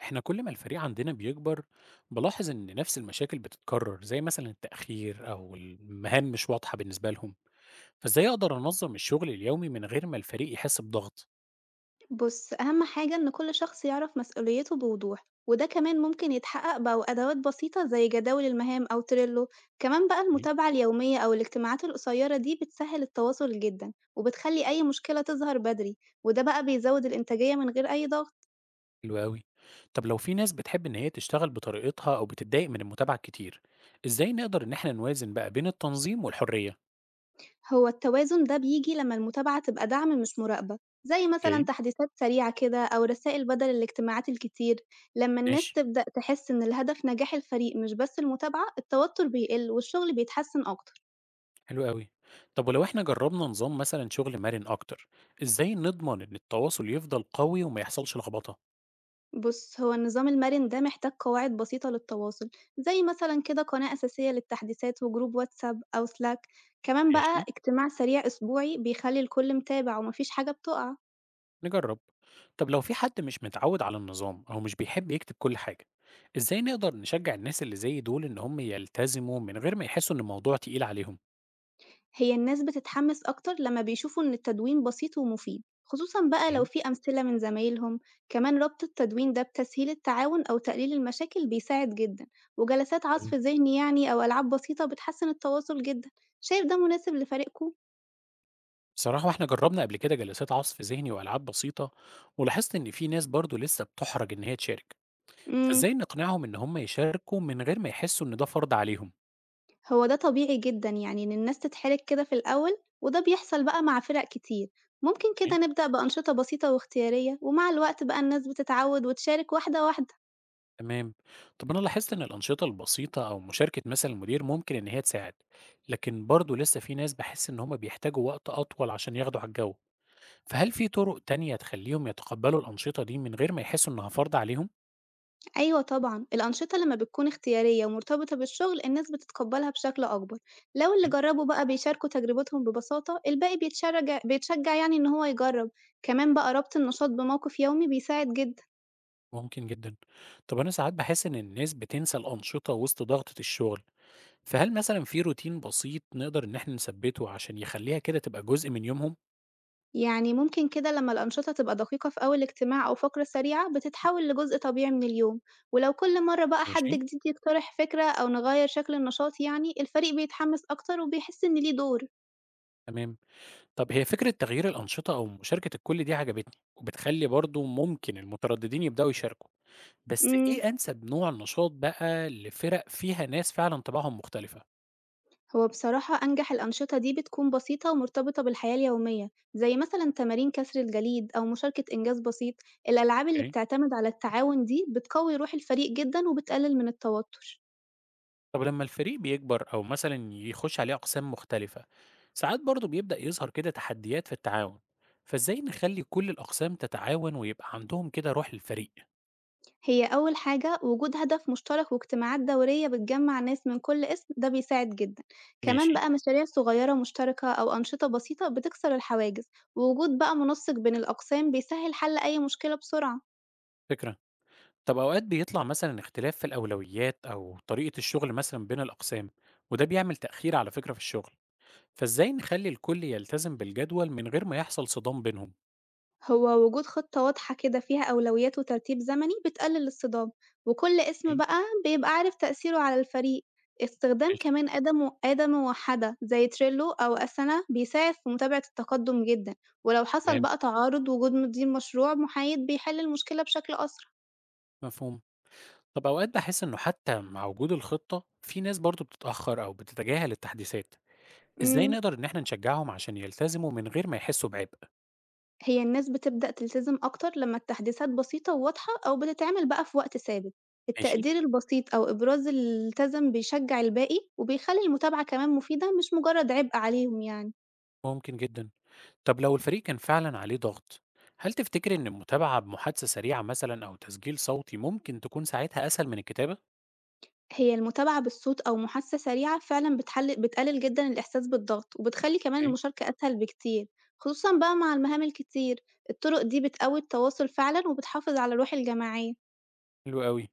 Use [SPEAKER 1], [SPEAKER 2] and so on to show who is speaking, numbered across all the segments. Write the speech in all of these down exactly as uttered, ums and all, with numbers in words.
[SPEAKER 1] احنا كل ما الفريق عندنا بيكبر، بلاحظ ان نفس المشاكل بتتكرر، زي مثلا التأخير او المهام مش واضحة بالنسبة لهم. فازاي اقدر انظم الشغل اليومي من غير ما الفريق يحس بضغط؟
[SPEAKER 2] بُص، أهم حاجة إن كل شخص يعرف مسؤوليته بوضوح، وده كمان ممكن يتحقق بقى بأدوات بسيطة زي جداول المهام أو تريلو، كمان بقى
[SPEAKER 1] إيه؟
[SPEAKER 2] المتابعة اليومية أو الاجتماعات القصيرة دي بتسهل التواصل جدًا، وبتخلي أي مشكلة تظهر بدري، وده بقى بيزود الإنتاجية من غير أي ضغط،
[SPEAKER 1] حلو قوي. طب لو في ناس بتحب ان هي تشتغل بطريقتها او بتتضايق من المتابعة كتير، ازاي نقدر ان احنا نوازن بقى بين التنظيم والحرية؟
[SPEAKER 2] هو التوازن ده بيجي لما المتابعة تبقى دعم مش مراقبة، زي مثلًا
[SPEAKER 1] اوكي.
[SPEAKER 2] تحديثات سريعة كده أو رسائل بدل الاجتماعات الكتير، لما الناس
[SPEAKER 1] ماشي،
[SPEAKER 2] تبدأ تحس إن الهدف نجاح الفريق مش بس المتابعة، التوتر بيقل والشغل بيتحسن أكتر.
[SPEAKER 1] حلو قوي. طب ولو احنا جربنا نظام مثلا شغل مرن اكتر، ازاي نضمن ان التواصل يفضل قوي وما يحصلش لخبطة؟
[SPEAKER 2] بُص، هو النظام المرِن ده محتاج قواعد بسيطة للتواصل، زي مثلًا كده قناة أساسية للتحديثات وجروب واتساب أو Slack، كمان
[SPEAKER 1] ماشي،
[SPEAKER 2] بقى اجتماع سريع أسبوعي بيخلّي الكل متابع وما فيش حاجة بتُقع،
[SPEAKER 1] نجرب. طب لو في حد مش متعود على النظام أو مش بيحب يكتب كل حاجة، إزاي نقدر نشجع الناس اللي زي دول إن هم يلتزموا من غير ما يحسوا إن الموضوع تقيل عليهم؟
[SPEAKER 2] هي الناس بتتحمس أكتر لمّا بيشوفوا إن التدوين بسيط ومفيد، خصوصًا بقى لو
[SPEAKER 1] إيه؟
[SPEAKER 2] في أمثلة من زمايلهم، كمان ربط التدوين ده بتسهيل التعاون أو تقليل المشاكل بيساعد جدًا، وجلسات
[SPEAKER 1] حلو.
[SPEAKER 2] عَصْف ذهني يعني أو ألعاب بسيطة بتحسّن التواصل جدًا، شايف ده مناسب لفريقكم؟
[SPEAKER 1] بصراحة واحنا جربنا قبل كده جلسات عصف ذهني وألعاب بسيطة، ولاحظت إن في ناس برضو لسه بتحرج إن هي تشارك.
[SPEAKER 2] إمم.
[SPEAKER 1] فإزاي نقنعهم إن هم يشاركوا من غير ما يحسوا إن ده فرض عليهم؟
[SPEAKER 2] هو ده طبيعي جدًا يعني إن الناس تتحرج كده في الأول، وده بيحصل بقى مع فرق كتير، ممكن كده نبدأ بأنشطة بسيطة واختيارية، ومع الوقت بقى الناس بتتعود وتشارك واحدة واحدة.
[SPEAKER 1] تمام. طب أنا لاحظت إن الأنشطة البسيطة أو مشاركة مثلا المدير ممكن إن هي تساعد، لكن برضه لسه في ناس بحس إن هما بيحتاجوا وقت أطول عشان ياخدوا على الجو. فهل في طرق تانية تخليهم يتقبلوا الأنشطة دي من غير ما يحسوا إنها فرض عليهم؟
[SPEAKER 2] أيوه طبعًا، الأنشطة لما بتكون اختيارية ومرتبطة بالشغل الناس بتتقبلها بشكل أكبر، لو اللي
[SPEAKER 1] أوكي.
[SPEAKER 2] جربوا بقى بيشاركوا تجربتهم ببساطة الباقي بيتشرج بيتشجع يعني إن هو يجرب، كمان بقى ربط النشاط بموقف يومي بيساعد جدًا.
[SPEAKER 1] ممكن جدا. طب أنا ساعات بحس إن الناس بتنسى الأنشطة وسط ضغطة الشغل، فهل مثلا في روتين بسيط نقدر إن إحنا نثبته عشان يخليها كده تبقى جزء من يومهم؟
[SPEAKER 2] يعني ممكن كده لما الأنشطة تبقى دقيقة في أول اجتماع أو فقرة سريعة بتتحول لجزء طبيعي من اليوم، ولو كل مرة بقى حد
[SPEAKER 1] ماشي،
[SPEAKER 2] جديد يقترح فكرة أو نغير شكل النشاط يعني الفريق بيتحمس أكتر وبيحس إن ليه دور.
[SPEAKER 1] تمام. طب هي فكرة تغيير الأنشطة أو مشاركة الكل دي عجبتني، وبتخلي برضو ممكن المترددين يبدأوا يشاركوا. بس
[SPEAKER 2] مم.
[SPEAKER 1] إيه أنسب نوع نشاط بقى لفرق فيها ناس فعلا طباعهم مختلفة؟
[SPEAKER 2] هو بصراحة أنجح الأنشطة دي بتكون بسيطة ومرتبطة بالحياة اليومية زي مثلا تمارين كسر الجليد أو مشاركة إنجاز بسيط، الألعاب اللي
[SPEAKER 1] أوكي.
[SPEAKER 2] بتعتمد على التعاون دي بتقوي روح الفريق جدا وبتقلل من التوتر.
[SPEAKER 1] طب لما الفريق بيكبر أو مثلا يخش عليه أقسام مختلفة، ساعات برضو بيبدأ يظهر كده تحديات في التعاون. فإزاي نخلي كل الأقسام تتعاون ويبقى عندهم كده روح الفريق؟
[SPEAKER 2] هي أول حاجة وجود هدف مشترك واجتماعات دورية بتجمع ناس من كل اسم ده بيساعد جدا، كمان
[SPEAKER 1] ماشي،
[SPEAKER 2] بقى مشاريع صغيرة مشتركة أو أنشطة بسيطة بتكسر الحواجز، ووجود بقى منسق بين الأقسام بيسهل حل أي مشكلة بسرعة.
[SPEAKER 1] فكرة. طب أوقات بيطلع مثلا اختلاف في الأولويات أو طريقة الشغل مثلا بين الأقسام، وده بيعمل تأخير على فكرة في الشغل. فإزاي نخلّي الكل يلتزم بالجدول من غير ما يحصل صدام بينهم؟
[SPEAKER 2] هو وجود خطة واضحة كده فيها أولويات وترتيب زمني بتقلل الصدام، وكل اسم
[SPEAKER 1] أوكي،
[SPEAKER 2] بقى بيبقى عارف تأثيره على الفريق، استخدام
[SPEAKER 1] ماشي،
[SPEAKER 2] كمان أداة مو- أداة موحدة زي تريلو أو أسانا بيساعد في متابعة التقدم جدا، ولو حصل
[SPEAKER 1] تمام،
[SPEAKER 2] بقى تعارض وجود مدير مشروع محايد بيحل المشكلة بشكل أسرع.
[SPEAKER 1] مفهوم. طب أوقات باحس إنه حتى مع وجود الخطة، في ناس برضه بتتأخر أو بتتجاهل التحديثات. إزاي
[SPEAKER 2] مم.
[SPEAKER 1] نقدر إن إحنا نشجعهم عشان يلتزموا من غير ما يحسوا بعبء؟
[SPEAKER 2] هي الناس بتبدأ تلتزم أكتر لما التحديثات بسيطة وواضحة أو بتتعمل بقى في وقت ثابت،
[SPEAKER 1] ماشي،
[SPEAKER 2] التقدير البسيط أو إبراز اللي التزم بيشجع الباقي وبيخلي المتابعة كمان مفيدة مش مجرد عبء عليهم يعني،
[SPEAKER 1] ممكن جدًا. طب لو الفريق كان فعلًا عليه ضغط، هل تفتكري إن المتابعة بمحادثة سريعة مثلًا أو تسجيل صوتي ممكن تكون ساعتها أسهل من الكتابة؟
[SPEAKER 2] هي المتابعة بالصوت أو محادثة سريعة فعلا بتحل بتقلل جدا الإحساس بالضغط وبتخلي كمان
[SPEAKER 1] أوكي،
[SPEAKER 2] المشاركة أسهل بكتير، خصوصًا بقى مع المهام الكتير، الطرق دي بتقوي التواصل فعلا وبتحافظ على الروح الجماعية.
[SPEAKER 1] حلو أوي.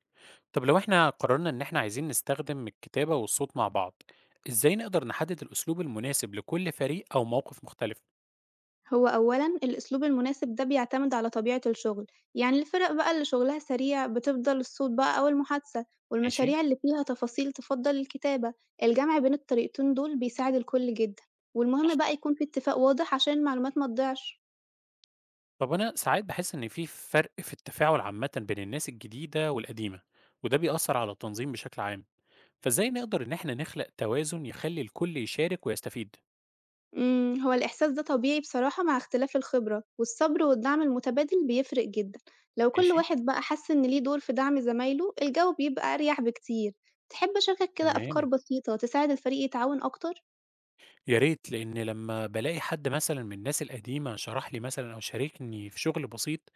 [SPEAKER 1] طب لو احنا قررنا ان احنا عايزين نستخدم الكتابة والصوت مع بعض، ازاي نقدر نحدد الاسلوب المناسب لكل فريق او موقف مختلف؟
[SPEAKER 2] هو أولًا الأسلوب المناسب ده بيعتمد على طبيعة الشغل، يعني الفرق بقى اللي شغلها سريع بتفضل الصوت بقى أو المحادثة،
[SPEAKER 1] ماشي.
[SPEAKER 2] والمشاريع اللي فيها تفاصيل تفضل الكتابة، الجمع بين الطريقتين دول بيساعد الكل جدًا، والمهم بقى يكون في اتفاق واضح عشان المعلومات ما تضيعش.
[SPEAKER 1] طب انا ساعات بحس ان في فرق في التفاعل عامة بين الناس الجديدة والقديمة، وده بيأثر على التنظيم بشكل عام. فازاي نقدر ان احنا نخلق توازن يخلي الكل يشارك ويستفيد؟
[SPEAKER 2] إمم، هو الإحساس ده طبيعي بصراحة مع اختلاف الخبرة، والصبر والدعم المتبادل بيفرق جدًا، لو كل
[SPEAKER 1] ماشي،
[SPEAKER 2] واحد بقى حس إن ليه دور في دعم زمايله الجو بيبقى أريح بكتير. تحب أشاركك كده أفكار
[SPEAKER 1] تمام.
[SPEAKER 2] بسيطة تساعد الفريق يتعاون أكتر؟
[SPEAKER 1] يا ريت، لان لما بلاقي حد مثلا من الناس القديمة شرح لي مثلا او شاركني في شغل بسيط،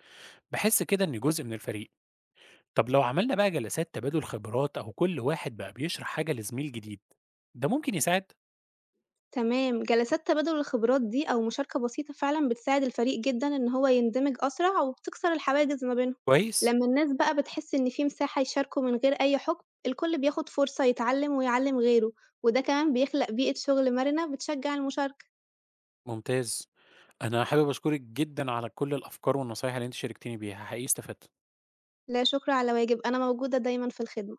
[SPEAKER 1] بحس كده اني جزء من الفريق. طب لو عملنا بقى جلسات تبادل خبرات أو كل واحد بقى بيشرح حاجة لزميل جديد، ده ممكن يساعد؟
[SPEAKER 2] تمام، جلسات تبادل الخبرات دي أو مشاركة بسيطة فعلًا بتساعد الفريق جدًا إن هو يندمج أسرع وبتكسر الحواجز ما بينهم،
[SPEAKER 1] كويس،
[SPEAKER 2] لمّا الناس بقى بتحس إن في مساحة يشاركوا من غير أي حكم، الكل بياخد فرصة يتعلم ويعلم غيره، وده كمان بيخلق بيئة شغل مرنة بتشجع المشاركة.
[SPEAKER 1] ممتاز. انا حابب اشكرك جدا على كل الافكار والنصايح اللي انت شاركتني بيها، حقيقي استفدت.
[SPEAKER 2] لا شكر على واجب، أنا موجودة دايمًا في الخدمة.